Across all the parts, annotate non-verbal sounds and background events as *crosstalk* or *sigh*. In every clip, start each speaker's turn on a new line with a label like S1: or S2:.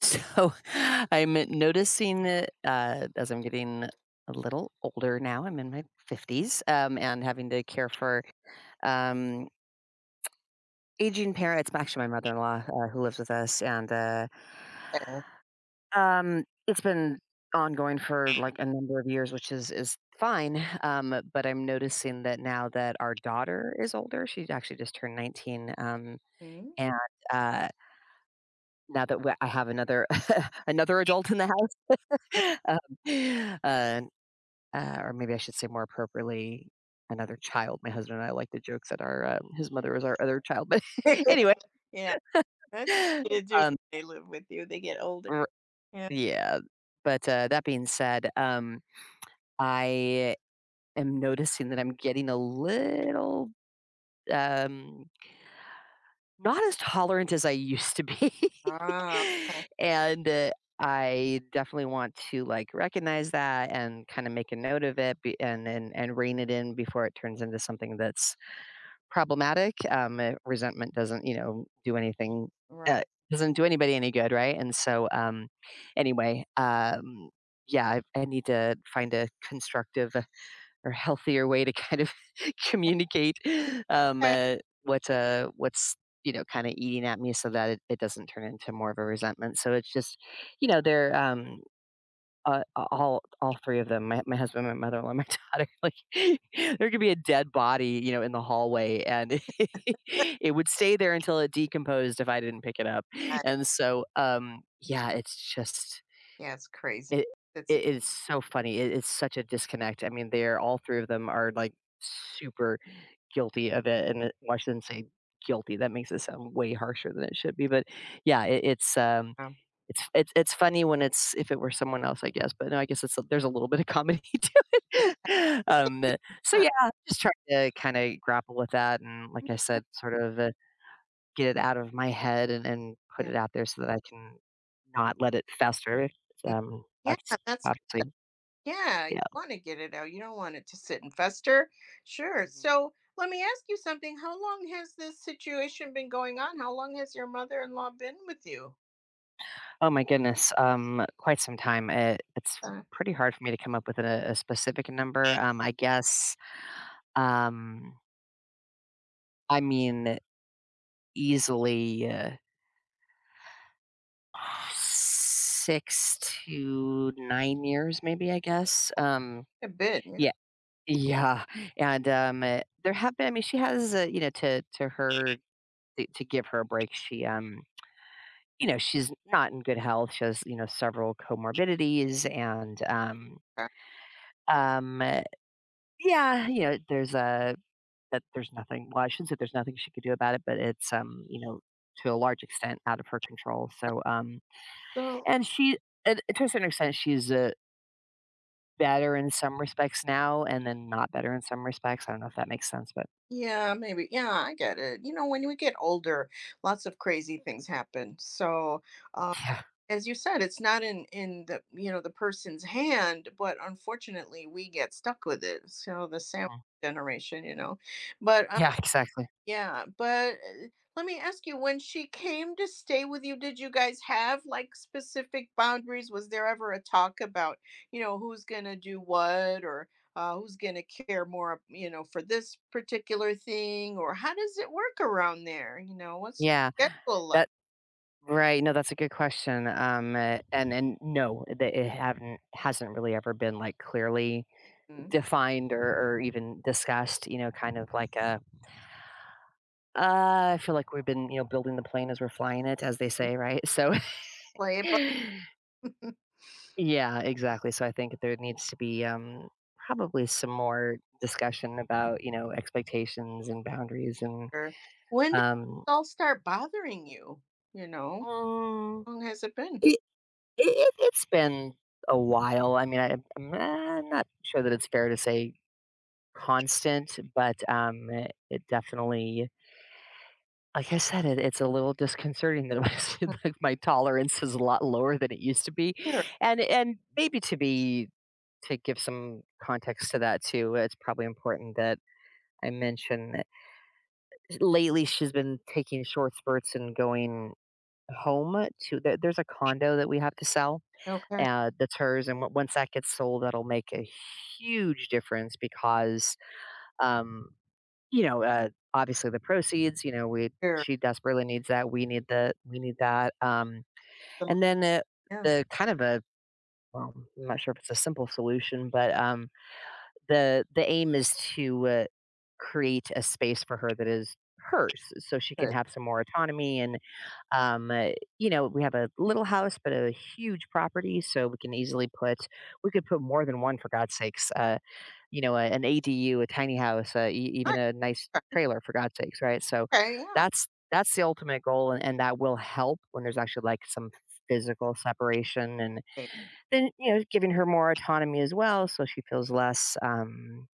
S1: So *laughs* I'm noticing that, as I'm getting a little older now, I'm in my 50s, and having to care for, um, aging parents. Actually, my mother in law, who lives with us. And
S2: Yeah.
S1: it's been ongoing for like a number of years, which is fine. But I'm noticing that now that our daughter is older, she actually just turned 19.
S2: Mhm.
S1: And uh, now that we- I have another *laughs* another adult in the house. *laughs* um, uh, or maybe I should say more appropriately, another child. My husband and I like to joke that our his mother was our other child, but *laughs* anyway,
S2: *laughs* Yeah, that's easy to do when
S1: um,
S2: they live with you. They get older.
S1: r-
S2: Yeah.
S1: yeah. But that being said, I am noticing that I'm getting a little, um, not as tolerant as I used to be.
S2: Ah,
S1: *laughs* And I definitely want to like recognize that and kind of make a note of it, and rein it in before it turns into something that's problematic. Resentment doesn't do anything.
S2: right.
S1: Uh, doesn't do anybody any good, right? And so, anyway, yeah, I need to find a constructive or healthier way to kind of *laughs* communicate, um,
S2: Okay.
S1: uh, what's kind of eating at me, so that it doesn't turn into more of a resentment. So it's just, they're a all 3 of them, my husband, my mother-in-law, and my *laughs* daughter. Like, *laughs* there could be a dead body, in the hallway, and *laughs* it would stay there until it decomposed if I didn't pick it up.
S2: Got it.
S1: And so, yeah,
S2: Yeah, it's crazy.
S1: it
S2: It's
S1: it is so funny. It's such a disconnect. I mean, they're all 3 of them are, like, super guilty of it. And it well, I shouldn't say guilty, that makes it sound way harsher than it should be, but, yeah, it it's, um
S2: um,
S1: it's it's it's funny when it's if it were someone else, I guess. But no, I guess it's there's a little bit of comedy *laughs* to it. So
S2: yeah,
S1: yeah, just trying to kinda grapple with that. And like I said, sort of, get it out of my head, and put
S2: yeah,
S1: it out there so that I can not let it fester.
S2: Mm, yeah,
S1: That's
S2: that's good.
S1: obviously
S2: Yeah. You
S1: yeah.
S2: want to get it out. You don't want it to sit and fester. Sure.
S1: Mhm.
S2: So let me ask you something. How long has this situation been going on? How long has your mother-in-law been with you?
S1: Oh my goodness, quite some time. It's
S2: Uh,
S1: pretty hard for me to come up with a specific number. I guess, um, I mean, easily, 6 to 9 years maybe, I guess.
S2: a bit. Yeah.
S1: Yeah, yeah, and, there have been I mean, she has, to give her a break. She's not in good health, she has, several comorbidities. and, um
S2: Okay.
S1: um, uh, yeah, there's a that there's nothing, well, I shouldn't say there's nothing she could do about it, but it's to a large extent out of her control. So,
S2: So
S1: and she and to a certain extent, she's a better in some respects now and then not better in some respects. I don't know if that makes sense, but
S2: yeah, maybe. Yeah, I get it. You know, when we get older, lots of crazy things happen. So, uh,
S1: yeah.
S2: as you said, it's not in the, you know, the person's hand, but unfortunately, we get stuck with it. So the sandwich
S1: Mhm.
S2: generation, you know, but
S1: Yeah, exactly.
S2: yeah, but let me ask you, when she came to stay with you, did you guys have like specific boundaries? Was there ever a talk about, you know, who's gonna do what, or who's gonna care more, you know, for this particular thing, or how does it work around there? You know, what's
S1: Yeah.
S2: your schedule like?
S1: That Right, no, that's a good question. And no, that it haven't hasn't really ever been, like, clearly
S2: And
S1: defined or even discussed, kind of like a, I feel like we've been, building the plane as we're flying it," as they say, right? So
S2: play
S1: *laughs*
S2: it by
S1: yeah, exactly. So I think there needs to be, probably some more discussion about, expectations and boundaries, and
S2: ear. When did
S1: um,
S2: it all start bothering you? You know,
S1: mm,
S2: how long has it been?
S1: it, it- has been a while. I mean, I'm not sure that it's fair to say constant, but it definitely. Like I said, it's a little disconcerting that my, *laughs* like, my tolerance is a lot lower than it used to be.
S2: Sure.
S1: And maybe to give some context to that too, it's probably important that I mention that lately she's been taking short spurts and going home. To there there's a condo that we have to sell,
S2: Okay.
S1: that's hers, and on once that gets sold, that'll make a huge difference because, um obviously the proceeds, we
S2: Sure.
S1: she desperately needs that, we need that.
S2: Some-
S1: And then
S2: yeah.
S1: the kind of a well, I'm not sure if it's a simple solution, but, the aim is to, create a space for her that is hers, so she can
S2: Good.
S1: have some more autonomy. And, um, uh, we have a little house, but a huge property, so we could put more than one, for God's sakes. An ADU, a tiny house, even
S2: Nice.
S1: a nice trailer, for God's sakes, right? So
S2: Okay. Yeah.
S1: that's the ultimate goal. And that will help when there's actually like some physical separation, and
S2: Okay,
S1: then, giving her more autonomy as well, so she feels less,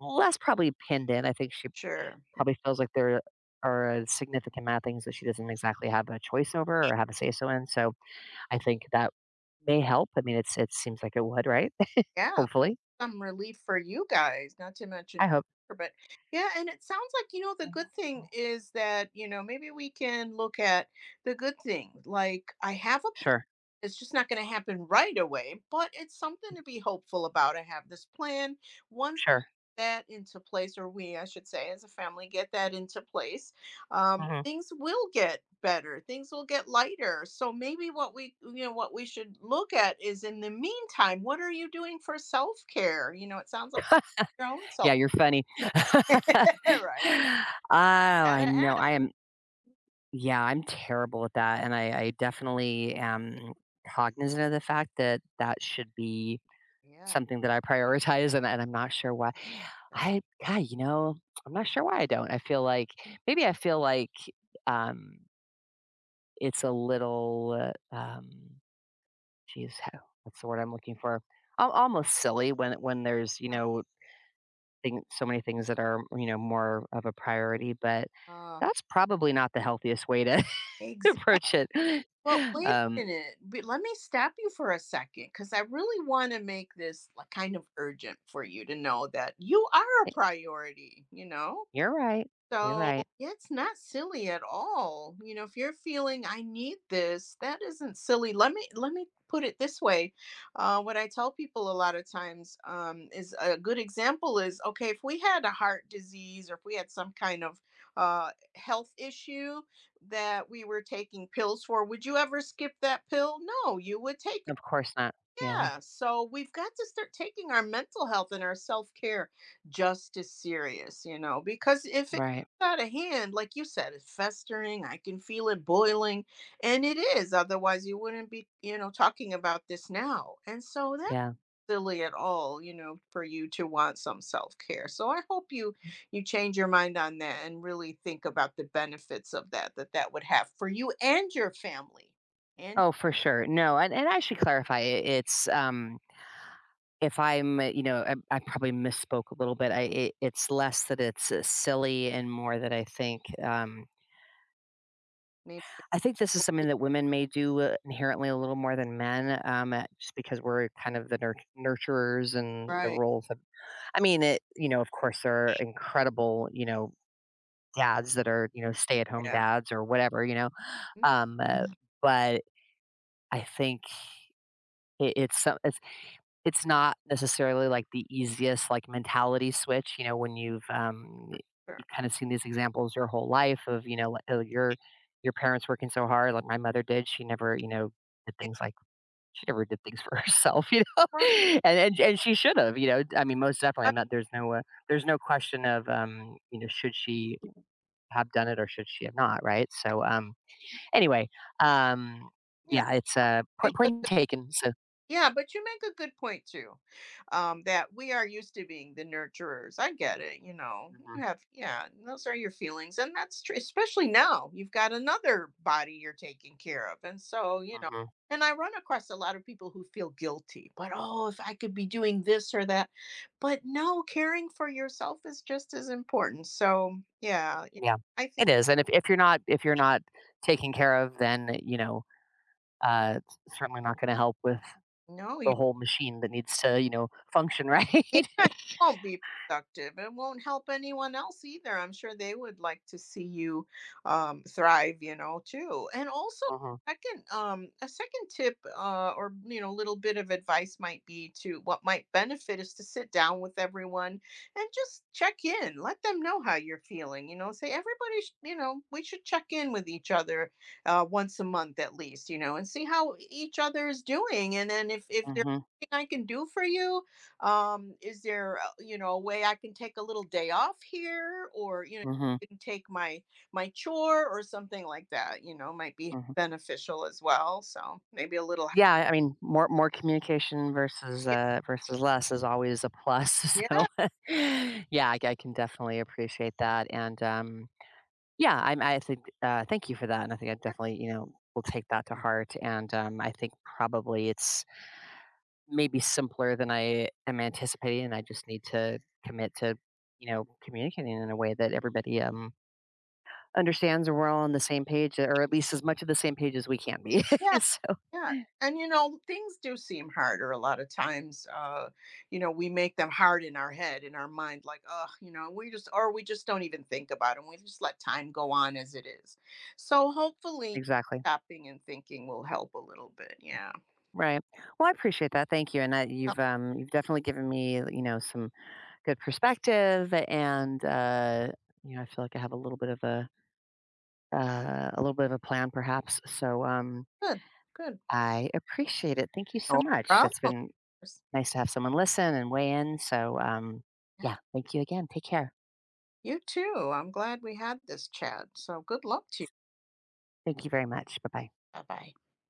S1: less probably pinned in. I think she
S2: sure.
S1: probably feels like there are a significant amount of things that she doesn't exactly have a choice over or have a say so in. So I think that may help. I mean, it seems like it would, right? *laughs*
S2: Yeah,
S1: Hopefully,
S2: some relief for you guys, not to mention
S1: I hope.
S2: her, but yeah, and it sounds like, you know, the
S1: Mhm.
S2: good thing is that, you know, maybe we can look at the good thing. Like, I have a plan.
S1: Sure,
S2: It's just not going to happen right away, but it's something to be hopeful about. I have this plan. Once
S1: sure.
S2: that into place, or we, I should say, as a family, get that into place,
S1: Mhm.
S2: things will get better. Things will get lighter. So maybe what we, you know, what we should look at is in the meantime, what are you doing for self care? You know, it sounds like your own self
S1: Yeah, you're funny. *laughs*
S2: care, *laughs* right?
S1: Oh, I
S2: Gotta
S1: know.
S2: ask.
S1: I am Yeah, I'm terrible at that, and I definitely am cognizant of the fact that that should be
S2: Yeah.
S1: something that I prioritize. And I'm not sure why.
S2: That-
S1: I God, I'm not sure why I don't. I feel like, um, it's a little, geez, *laughs* what's the word I'm looking for? Al Almost silly when there's, you know thing so many things that are, more of a priority. But
S2: Uh,
S1: that's probably not the healthiest way to *laughs*
S2: exactly.
S1: approach it.
S2: Well, wait a
S1: Um,
S2: minute. But let me stop you for a second because I really want to make this like, kind of urgent for you to know that you are a
S1: eh,
S2: priority, you know?
S1: you're right, you're
S2: So
S1: right.
S2: yeah, it's not silly at all. You know, if you're feeling I need this, that isn't silly. Let me put it this way. What I tell people a lot of times is a good example is okay if we had a heart disease or if we had some kind of health issue that we were taking pills for, would you ever skip that pill? No, you would take it.
S1: Of course not. Yeah,
S2: Yeah, so we've got to start taking our mental health and our self care just as serious, you know, because if it's
S1: right.
S2: out of hand, like you said, it's festering, I can feel it boiling, and it is. Otherwise, you wouldn't be, you know, talking about this now. And so that's
S1: Yeah.
S2: silly at all, you know, for you to want some self care. So I hope you change your mind on that and really think about the benefits of that would have for you and your family and
S1: Oh, for sure. No, and I should clarify, if I'm, I probably misspoke a little bit. I it it's less that it's, silly, and more that
S2: maybe
S1: I think this is something that women may do, inherently a little more than men, just because we're kind of the nurturers and the
S2: right,
S1: roles of. I mean, of course, there are incredible, dads that are, stay at home
S2: yeah.
S1: dads or whatever.
S2: Mhm,
S1: Um, uh, but I think it, it's some- it's not necessarily, like, the easiest, like, mentality switch, when
S2: sure.
S1: you've kinda seen these examples your whole life of, like, oh, your parents working so hard, like my mother did. She never, did things like she never did things for *laughs* herself, you know?
S2: Right.
S1: *laughs* And she should have, you know? I mean, most definitely,
S2: Uh,
S1: I'm not there's there's no question of, should she have done it or should she have not, right? So, anyway, um,
S2: yeah.
S1: yeah,
S2: And-
S1: point taken, so.
S2: yeah, but you make a good point too. That we are used to being the nurturers. I get it, you know.
S1: Mhm,
S2: You have, yeah, those are your feelings. And that's true, especially now. You've got another body you're taking care of. And so, you know,
S1: mhm.
S2: and I run across a lot of people who feel guilty, but oh, if I could be doing this or that. But no, caring for yourself is just as important. So yeah, yeah,
S1: Yeah,
S2: I
S1: it
S2: think
S1: is, and if you're not taken care of, then, uh, it's certainly not gonna help with
S2: no.
S1: the whole machine that needs to, function, *laughs* right?
S2: Yeah, it won't be productive. It won't help anyone else either. I'm sure they would like to see you thrive, you know, too. And also,
S1: Mhm,
S2: second, a second tip, or you know, little bit of advice might be to what might benefit is to sit down with everyone and just check in. Let them know how you're feeling. You know, say everybody, sh- you know, we should check in with each other once a month at least. You know, and see how each other is doing. And then if there's
S1: mhm,
S2: anything I can do for you, um, is there a- you know, a way I can take a little day off here, or you know,
S1: mhm,
S2: can take my chore or something like that, you know, might be
S1: mhm.
S2: beneficial as well, so maybe a little
S1: Yeah, I mean, more communication
S2: yeah,
S1: versus less is always a plus, *laughs*
S2: yeah,
S1: so, *laughs* yeah, I can definitely appreciate that. And, yeah, I think, thank you for that, and I think I
S2: yeah,
S1: definitely, will take that to heart. And, I think probably it's maybe simpler than I am anticipating, and I just need to commit to, communicating in a way that everybody, understands, and we're all on the same page, or at least as much of the same page as we can be.
S2: yeah,
S1: *laughs* So.
S2: yeah. And you know, things do seem harder a lot of times, you know, we make them hard in our head, in our mind, like oh, you know, we just, or we just don't even think about them, we just let time go on as it is, so hopefully
S1: Exactly.
S2: stopping and thinking will help a little bit, yeah.
S1: Right. Well, I appreciate that. Thank you. And you've, you've definitely given me, some good perspective. And, I feel like I have a little bit of a, a little bit of a plan perhaps. So
S2: Good, good.
S1: I appreciate it. Thank you so
S2: No
S1: much.
S2: problem.
S1: It's
S2: Of
S1: been
S2: course.
S1: nice to have someone listen and weigh in. So
S2: Yeah.
S1: yeah, thank you again. Take care.
S2: You too. I'm glad we had this chat. So good luck to you.
S1: Thank you very much. Bye bye.
S2: Bye bye.